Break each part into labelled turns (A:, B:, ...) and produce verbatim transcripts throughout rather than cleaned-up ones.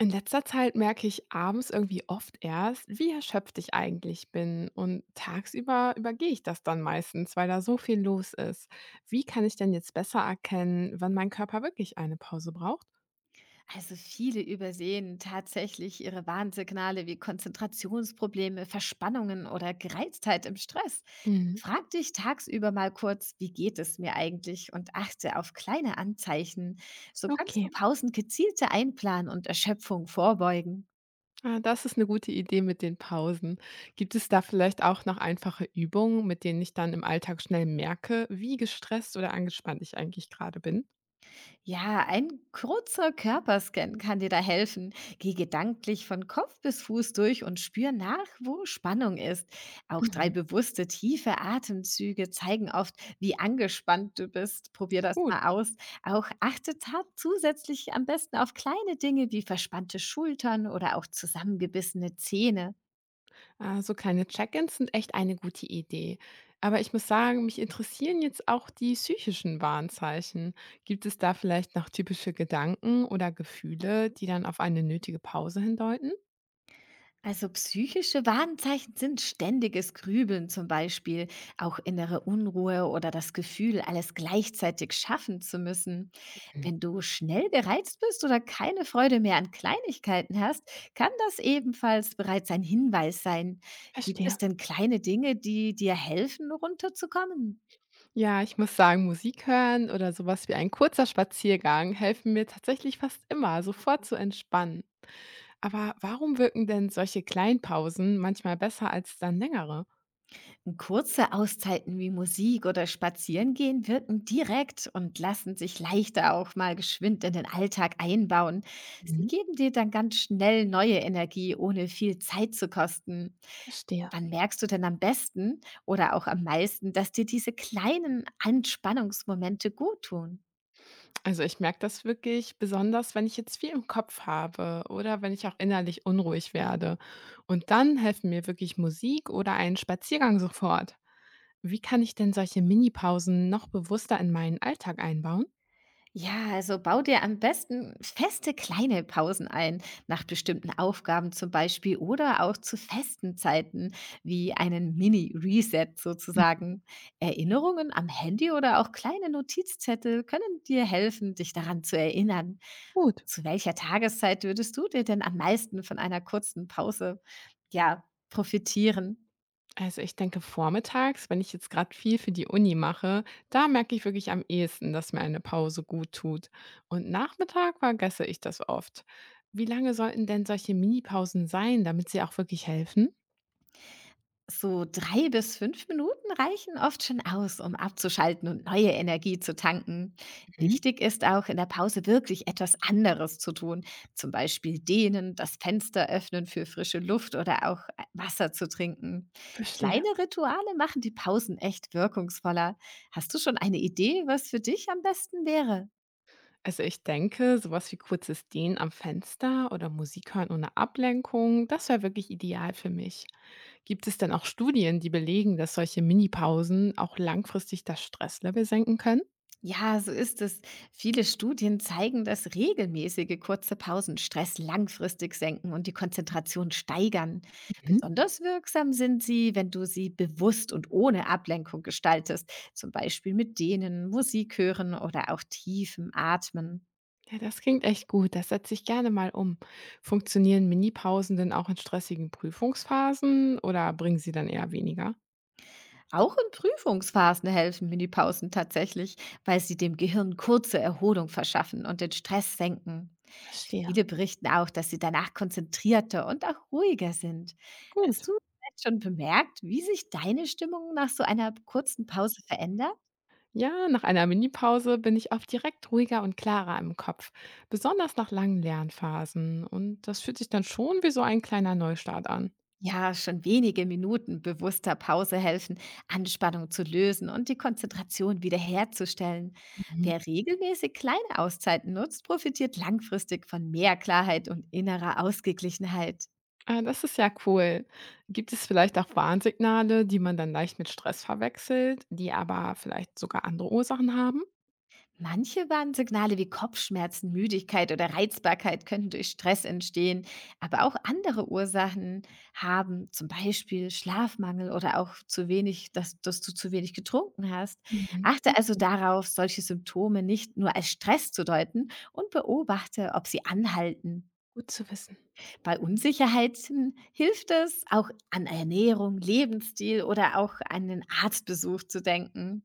A: In letzter Zeit merke ich abends irgendwie oft erst, wie erschöpft ich eigentlich bin. Und tagsüber übergehe ich das dann meistens, weil da so viel los ist. Wie kann ich denn jetzt besser erkennen, wann mein Körper wirklich eine Pause braucht?
B: Also viele übersehen tatsächlich ihre Warnsignale wie Konzentrationsprobleme, Verspannungen oder Gereiztheit im Stress.
A: Mhm.
B: Frag dich tagsüber mal kurz, wie geht es mir eigentlich, und achte auf kleine Anzeichen. So kannst du
A: Okay.
B: Pausen gezielter einplanen und Erschöpfung vorbeugen.
A: Ah, das ist eine gute Idee mit den Pausen. Gibt es da vielleicht auch noch einfache Übungen, mit denen ich dann im Alltag schnell merke, wie gestresst oder angespannt ich eigentlich gerade bin?
B: Ja, ein kurzer Körperscan kann dir da helfen. Geh gedanklich von Kopf bis Fuß durch und spür nach, wo Spannung ist. Auch drei
A: Mhm.
B: bewusste, tiefe Atemzüge zeigen oft, wie angespannt du bist. Probier das
A: Gut.
B: mal aus. Auch achte ta- zusätzlich am besten auf kleine Dinge wie verspannte Schultern oder auch zusammengebissene Zähne.
A: Ah, so kleine Check-ins sind echt eine gute Idee. Aber ich muss sagen, mich interessieren jetzt auch die psychischen Warnzeichen. Gibt es da vielleicht noch typische Gedanken oder Gefühle, die dann auf eine nötige Pause hindeuten?
B: Also psychische Warnzeichen sind ständiges Grübeln zum Beispiel, auch innere Unruhe oder das Gefühl, alles gleichzeitig schaffen zu müssen.
A: Hm.
B: Wenn du schnell gereizt bist oder keine Freude mehr an Kleinigkeiten hast, kann das ebenfalls bereits ein Hinweis sein. Gibt es
A: Verstehe.
B: denn kleine Dinge, die dir helfen, runterzukommen?
A: Ja, ich muss sagen, Musik hören oder sowas wie ein kurzer Spaziergang helfen mir tatsächlich fast immer, sofort zu entspannen. Aber warum wirken denn solche Kleinpausen manchmal besser als dann längere?
B: Kurze Auszeiten wie Musik oder Spazierengehen wirken direkt und lassen sich leichter auch mal geschwind in den Alltag einbauen. Sie
A: Mhm.
B: geben dir dann ganz schnell neue Energie, ohne viel Zeit zu kosten.
A: Verstehe.
B: Wann merkst du denn am besten oder auch am meisten, dass dir diese kleinen Entspannungsmomente gut tun?
A: Also, ich merke das wirklich besonders, wenn ich jetzt viel im Kopf habe oder wenn ich auch innerlich unruhig werde. Und dann helfen mir wirklich Musik oder ein Spaziergang sofort. Wie kann ich denn solche Minipausen noch bewusster in meinen Alltag einbauen?
B: Ja, also bau dir am besten feste kleine Pausen ein, nach bestimmten Aufgaben zum Beispiel oder auch zu festen Zeiten, wie einen Mini-Reset
A: Mhm.
B: sozusagen. Erinnerungen am Handy oder auch kleine Notizzettel können dir helfen, dich daran zu erinnern.
A: Gut.
B: Zu welcher Tageszeit würdest du dir denn am meisten von einer kurzen Pause, ja, profitieren?
A: Also ich denke vormittags, wenn ich jetzt gerade viel für die Uni mache, da merke ich wirklich am ehesten, dass mir eine Pause gut tut. Und Nachmittag vergesse ich das oft. Wie lange sollten denn solche Minipausen sein, damit sie auch wirklich helfen?
B: So drei bis fünf Minuten reichen oft schon aus, um abzuschalten und neue Energie zu tanken.
A: Mhm.
B: Wichtig ist auch, in der Pause wirklich etwas anderes zu tun, zum Beispiel dehnen, das Fenster öffnen für frische Luft oder auch äh, Wasser zu trinken.
A: Verstehe.
B: Kleine Rituale machen die Pausen echt wirkungsvoller. Hast du schon eine Idee, was für dich am besten wäre?
A: Also ich denke, sowas wie kurzes Dehnen am Fenster oder Musik hören ohne Ablenkung, das wäre wirklich ideal für mich. Gibt es denn auch Studien, die belegen, dass solche Minipausen auch langfristig das Stresslevel senken können?
B: Ja, so ist es. Viele Studien zeigen, dass regelmäßige kurze Pausen Stress langfristig senken und die Konzentration steigern.
A: Mhm.
B: Besonders wirksam sind sie, wenn du sie bewusst und ohne Ablenkung gestaltest, zum Beispiel mit Dehnen, Musik hören oder auch tiefem Atmen.
A: Ja, das klingt echt gut. Das setze ich gerne mal um. Funktionieren Minipausen denn auch in stressigen Prüfungsphasen oder bringen sie dann eher weniger?
B: Auch in Prüfungsphasen helfen Minipausen tatsächlich, weil sie dem Gehirn kurze Erholung verschaffen und den Stress senken.
A: Verstehe.
B: Viele berichten auch, dass sie danach konzentrierter und auch ruhiger sind. Hast
A: Gut.
B: du vielleicht schon bemerkt, wie sich deine Stimmung nach so einer kurzen Pause verändert?
A: Ja, nach einer Minipause bin ich oft direkt ruhiger und klarer im Kopf, besonders nach langen Lernphasen. Und das fühlt sich dann schon wie so ein kleiner Neustart an.
B: Ja, schon wenige Minuten bewusster Pause helfen, Anspannung zu lösen und die Konzentration wiederherzustellen.
A: Mhm.
B: Wer regelmäßig kleine Auszeiten nutzt, profitiert langfristig von mehr Klarheit und innerer Ausgeglichenheit.
A: Ah, das ist ja cool. Gibt es vielleicht auch Warnsignale, die man dann leicht mit Stress verwechselt, die aber vielleicht sogar andere Ursachen haben?
B: Manche Warnsignale wie Kopfschmerzen, Müdigkeit oder Reizbarkeit könnten durch Stress entstehen, aber auch andere Ursachen haben, zum Beispiel Schlafmangel oder auch zu wenig, dass, dass du zu wenig getrunken hast.
A: Mhm.
B: Achte also darauf, solche Symptome nicht nur als Stress zu deuten, und beobachte, ob sie anhalten.
A: Gut zu wissen.
B: Bei Unsicherheiten hilft es, auch an Ernährung, Lebensstil oder auch an einen Arztbesuch zu denken.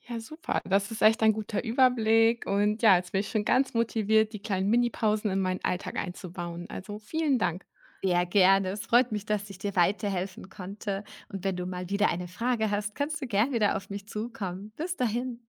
A: Ja, super. Das ist echt ein guter Überblick. Und ja, jetzt bin ich schon ganz motiviert, die kleinen Minipausen in meinen Alltag einzubauen. Also vielen Dank.
B: Sehr gerne. Es freut mich, dass ich dir weiterhelfen konnte. Und wenn du mal wieder eine Frage hast, kannst du gern wieder auf mich zukommen. Bis dahin.